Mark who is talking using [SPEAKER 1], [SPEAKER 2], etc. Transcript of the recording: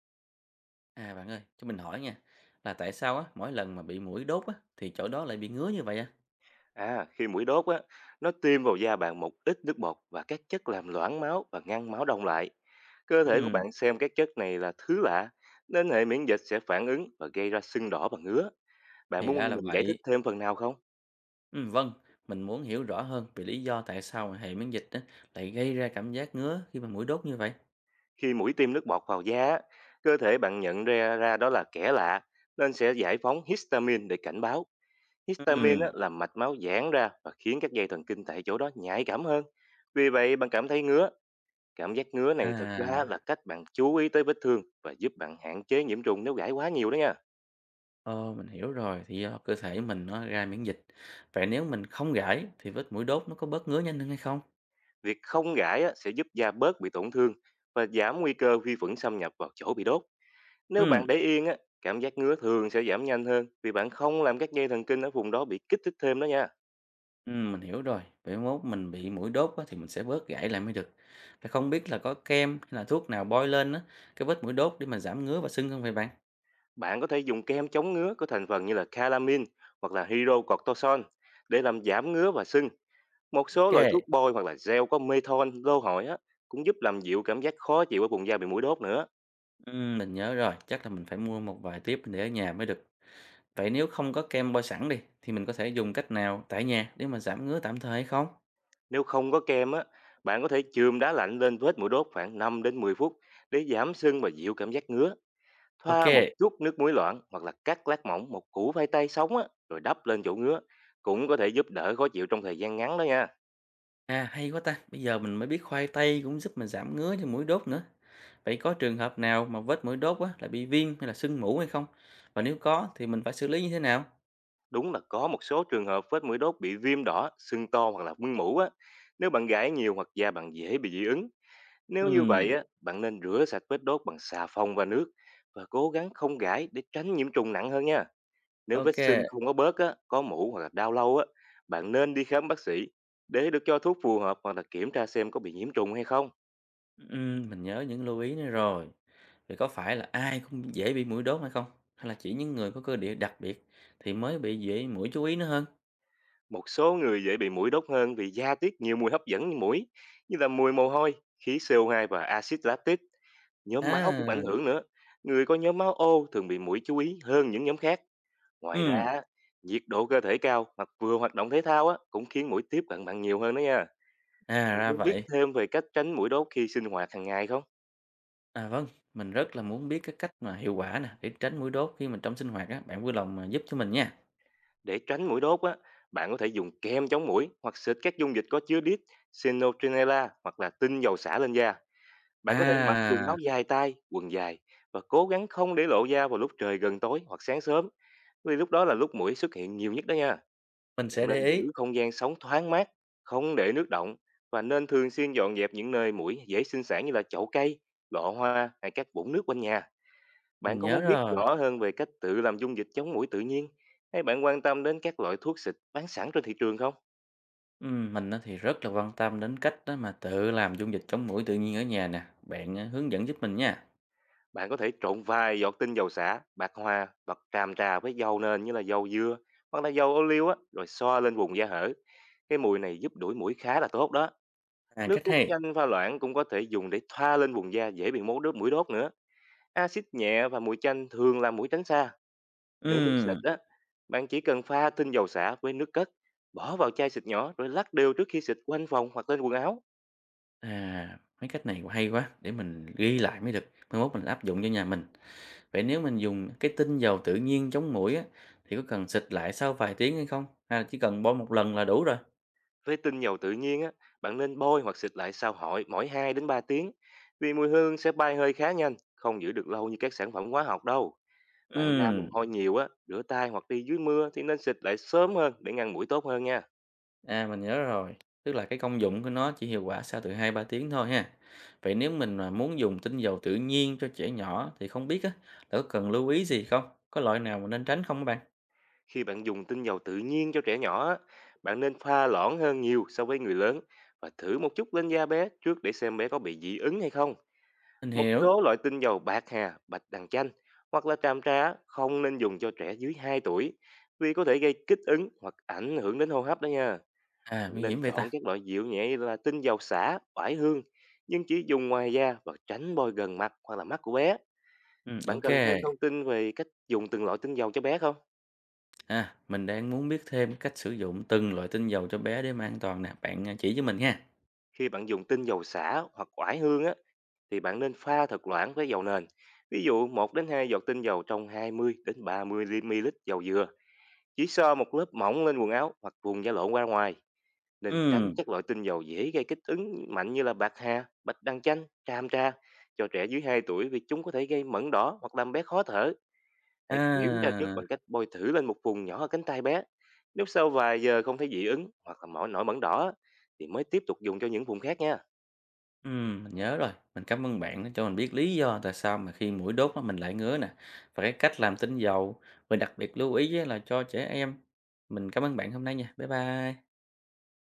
[SPEAKER 1] À bạn ơi, cho mình hỏi nha, là tại sao á mỗi lần mà bị muỗi đốt á thì chỗ đó lại bị ngứa như vậy á?
[SPEAKER 2] À, khi mũi đốt á, nó tiêm vào da bạn một ít nước bọt và các chất làm loãng máu và ngăn máu đông lại. Cơ thể của
[SPEAKER 1] Ừm,
[SPEAKER 2] bạn xem các chất này là thứ lạ, nên hệ miễn dịch sẽ phản ứng và gây ra sưng đỏ và ngứa. Bạn
[SPEAKER 1] thì ra
[SPEAKER 2] muốn
[SPEAKER 1] là
[SPEAKER 2] mình giải
[SPEAKER 1] vậy.
[SPEAKER 2] thích thêm phần nào không?
[SPEAKER 1] Vâng, mình muốn hiểu rõ hơn về lý do tại sao mà hệ miễn dịch á lại gây ra cảm giác ngứa khi mà muỗi đốt như vậy.
[SPEAKER 2] Khi mũi tiêm nước bọt vào da, á, cơ thể bạn nhận ra ra đó là kẻ lạ, nên sẽ giải phóng histamine để cảnh báo. Histamine
[SPEAKER 1] Ừm,
[SPEAKER 2] á, làm mạch máu giãn ra và khiến các dây thần kinh tại chỗ đó nhạy cảm hơn. Vì vậy, bạn cảm thấy ngứa. Cảm giác ngứa này thực ra
[SPEAKER 1] à,
[SPEAKER 2] là cách bạn chú ý tới vết thương và giúp bạn hạn chế nhiễm trùng nếu gãi quá nhiều đó nha.
[SPEAKER 1] ờ, mình hiểu rồi, thì do cơ thể mình nó ra miễn dịch. Vậy nếu mình không gãi thì vết muỗi đốt nó có bớt ngứa nhanh hơn hay không?
[SPEAKER 2] Việc không gãi á, sẽ giúp da bớt bị tổn thương và giảm nguy cơ vi khuẩn xâm nhập vào chỗ bị đốt. Nếu
[SPEAKER 1] Ừm.
[SPEAKER 2] bạn để yên, á, cảm giác ngứa thường sẽ giảm nhanh hơn vì bạn không làm các dây thần kinh ở vùng đó bị kích thích thêm đó nha.
[SPEAKER 1] Mình hiểu rồi. Vậy mốt mình bị mũi đốt á, thì mình sẽ bớt gãi lại mới được. Vậy không biết là có kem hay là thuốc nào bôi lên á, cái vết mũi đốt để mà giảm ngứa và sưng không vậy bạn?
[SPEAKER 2] Bạn có thể dùng kem chống ngứa có thành phần như là Calamine hoặc là hydrocortisone để làm giảm ngứa và sưng. Một số loại
[SPEAKER 1] OK,
[SPEAKER 2] thuốc bôi hoặc là gel có menthol, lô hội á, cũng giúp làm dịu cảm giác khó chịu ở vùng da bị mũi đốt nữa.
[SPEAKER 1] mình nhớ rồi. Chắc là mình phải mua một vài tiếp để ở nhà mới được. Vậy nếu không có kem bôi sẵn đi, thì mình có thể dùng cách nào tại nhà để mà giảm ngứa tạm thời hay không?
[SPEAKER 2] Nếu không có kem á, bạn có thể chườm đá lạnh lên vết mũi đốt khoảng 5 đến 10 phút để giảm sưng và dịu cảm giác ngứa. Thoa một
[SPEAKER 1] OK,
[SPEAKER 2] chút nước muối loãng hoặc là cắt lát mỏng một củ khoai tây sống á, rồi đắp lên chỗ ngứa cũng có thể giúp đỡ khó chịu trong thời gian ngắn đó nha.
[SPEAKER 1] à hay quá ta. Bây giờ mình mới biết khoai tây cũng giúp mình giảm ngứa cho mũi đốt nữa. Vậy có trường hợp nào mà vết mũi đốt á, là bị viêm hay là sưng mủ hay không? Và nếu có thì mình phải xử lý như thế nào?
[SPEAKER 2] Đúng là có một số trường hợp vết mũi đốt bị viêm đỏ, sưng to hoặc là mưng mủ á. Nếu bạn gãi nhiều hoặc da bạn dễ bị dị ứng. Nếu như vậy
[SPEAKER 1] Ừm,
[SPEAKER 2] á, bạn nên rửa sạch vết đốt bằng xà phòng và nước, và cố gắng không gãi để tránh nhiễm trùng nặng hơn nha. Nếu vết
[SPEAKER 1] ok.
[SPEAKER 2] sưng không có bớt á, có mủ hoặc là đau lâu á, bạn nên đi khám bác sĩ để được cho thuốc phù hợp hoặc là kiểm tra xem có bị nhiễm trùng hay không.
[SPEAKER 1] Ừm, mình nhớ những lưu ý này rồi. Vậy có phải là ai cũng dễ bị muỗi đốt hay không? Hay là chỉ những người có cơ địa đặc biệt thì mới bị dễ muỗi chú ý nữa hơn?
[SPEAKER 2] Một số người dễ bị mũi đốt hơn vì da tiết nhiều mùi hấp dẫn như mũi, như là mùi mồ hôi, khí CO2 và axit lactic. Nhóm máu cũng
[SPEAKER 1] À,
[SPEAKER 2] ảnh hưởng nữa. Người có nhóm máu ô thường bị mũi chú ý hơn những nhóm khác. Ngoài ra,
[SPEAKER 1] ừm,
[SPEAKER 2] á, nhiệt độ cơ thể cao hoặc vừa hoạt động thể thao á, cũng khiến mũi tiếp cận bạn nhiều hơn đó nha.
[SPEAKER 1] à,
[SPEAKER 2] Bạn
[SPEAKER 1] ra
[SPEAKER 2] muốn biết
[SPEAKER 1] vậy.
[SPEAKER 2] thêm về cách tránh mũi đốt khi sinh hoạt hàng ngày không?
[SPEAKER 1] À, vâng, mình rất là muốn biết cái cách mà hiệu quả nè, để tránh muỗi đốt khi mình trong sinh hoạt á, bạn vui lòng, giúp cho mình nha.
[SPEAKER 2] Để tránh mũi đốt á, bạn có thể dùng kem chống muỗi hoặc xịt các dung dịch có chứa đít, Sinotrinella hoặc là tinh dầu xả lên da. Bạn có thể mặc quần áo
[SPEAKER 1] À,
[SPEAKER 2] dài tay, quần dài và cố gắng không để lộ da vào lúc trời gần tối hoặc sáng sớm, vì lúc đó là lúc muỗi xuất hiện nhiều nhất đó nha.
[SPEAKER 1] mình sẽ
[SPEAKER 2] Bạn nên
[SPEAKER 1] để ý,
[SPEAKER 2] giữ không gian sống thoáng mát, không để nước động và nên thường xuyên dọn dẹp những nơi muỗi dễ sinh sản như là chậu cây, lọ hoa hay các bụng nước quanh nhà.
[SPEAKER 1] mình
[SPEAKER 2] Bạn có
[SPEAKER 1] nhớ
[SPEAKER 2] muốn biết
[SPEAKER 1] rồi.
[SPEAKER 2] rõ hơn về cách tự làm dung dịch chống muỗi tự nhiên, hay bạn quan tâm đến các loại thuốc xịt bán sẵn trên thị trường không?
[SPEAKER 1] Mình á thì rất là quan tâm đến cách đó mà tự làm dung dịch chống muỗi tự nhiên ở nhà nè, bạn, hướng dẫn giúp mình nha.
[SPEAKER 2] Bạn có thể trộn vài giọt tinh dầu xả, bạc hà hoặc tràm trà với dầu nền như là dầu dừa hoặc là dầu ô liu á, rồi xoa lên vùng da hở. Cái mùi này giúp đuổi muỗi khá là tốt đó.
[SPEAKER 1] À,
[SPEAKER 2] Nước
[SPEAKER 1] cách
[SPEAKER 2] cốt
[SPEAKER 1] hay.
[SPEAKER 2] chanh pha loãng cũng có thể dùng để thoa lên vùng da dễ bị mốt đốt muỗi đốt nữa. Axit nhẹ và mùi chanh thường làm muỗi tránh xa. Nếu muốn xịt
[SPEAKER 1] Ừm.
[SPEAKER 2] á, bạn chỉ cần pha tinh dầu xả với nước cất, bỏ vào chai xịt nhỏ rồi lắc đều trước khi xịt quanh phòng hoặc lên quần áo.
[SPEAKER 1] À, mấy cách này hay quá, để mình ghi lại mới được, mai mốt mình áp dụng cho nhà mình. Vậy nếu mình dùng cái tinh dầu tự nhiên chống muỗi á, thì có cần xịt lại sau vài tiếng hay không? Hay là chỉ cần bôi một lần là đủ rồi?
[SPEAKER 2] Với tinh dầu tự nhiên á, bạn nên bôi hoặc xịt lại sau mỗi 2 đến 3 tiếng, vì mùi hương sẽ bay hơi khá nhanh, không giữ được lâu như các sản phẩm hóa học đâu. Bạn ra mồ
[SPEAKER 1] Ừm,
[SPEAKER 2] hôi nhiều á, rửa tay hoặc đi dưới mưa thì nên xịt lại sớm hơn để ngăn mũi tốt hơn nha.
[SPEAKER 1] à mình nhớ rồi. Tức là cái công dụng của nó chỉ hiệu quả sau từ 2 3 tiếng thôi ha. Vậy nếu mình mà muốn dùng tinh dầu tự nhiên cho trẻ nhỏ thì không biết á, là có cần lưu ý gì không? Có loại nào mà nên tránh không các bạn?
[SPEAKER 2] Khi bạn dùng tinh dầu tự nhiên cho trẻ nhỏ á, bạn nên pha loãng hơn nhiều so với người lớn và thử một chút lên da bé trước để xem bé có bị dị ứng hay không.
[SPEAKER 1] Mình
[SPEAKER 2] Một
[SPEAKER 1] hiểu.
[SPEAKER 2] số loại tinh dầu bạc hà, bạch đàn chanh hoặc là tràm trá không nên dùng cho trẻ dưới 2 tuổi, vì có thể gây kích ứng hoặc ảnh hưởng đến hô hấp đó nha.
[SPEAKER 1] À,
[SPEAKER 2] Bạn Ừ.
[SPEAKER 1] nguy
[SPEAKER 2] nên
[SPEAKER 1] hiểm vậy ta.
[SPEAKER 2] chọn các loại dịu nhẹ như là tinh dầu xả, oải hương, nhưng chỉ dùng ngoài da và tránh bôi gần mặt hoặc là mắt của bé.
[SPEAKER 1] Ừ,
[SPEAKER 2] Bạn
[SPEAKER 1] ok.
[SPEAKER 2] cần thêm thông tin về cách dùng từng loại tinh dầu cho bé không?
[SPEAKER 1] À, mình đang muốn biết thêm cách sử dụng từng loại tinh dầu cho bé để mà an toàn nè, bạn, chỉ cho mình ha.
[SPEAKER 2] Khi bạn dùng tinh dầu xả hoặc oải hương á, thì bạn nên pha thật loãng với dầu nền. Ví dụ một đến 2 giọt tinh dầu trong 20 đến 30 ml dầu dừa. Chỉ so một lớp mỏng lên quần áo hoặc vùng da lộn ra ngoài, nên tránh
[SPEAKER 1] Ừm,
[SPEAKER 2] các loại tinh dầu dễ gây kích ứng mạnh như là bạc hà, bạch đăng chanh, tràm tra cho trẻ dưới 2 tuổi, vì chúng có thể gây mẩn đỏ hoặc làm bé khó thở. Hãy kiểm tra
[SPEAKER 1] à,
[SPEAKER 2] trước bằng cách bôi thử lên một vùng nhỏ ở cánh tay bé. Nếu sau vài giờ không thấy dị ứng hoặc là mỗi nổi mẩn đỏ thì mới tiếp tục dùng cho những vùng khác nha.
[SPEAKER 1] mình nhớ rồi, mình cảm ơn bạn đã cho mình biết lý do tại sao mà khi mũi đốt á mình lại ngứa nè, và cái cách làm tinh dầu, và đặc biệt lưu ý á là cho trẻ em. Mình cảm ơn bạn hôm nay nha, bye bye.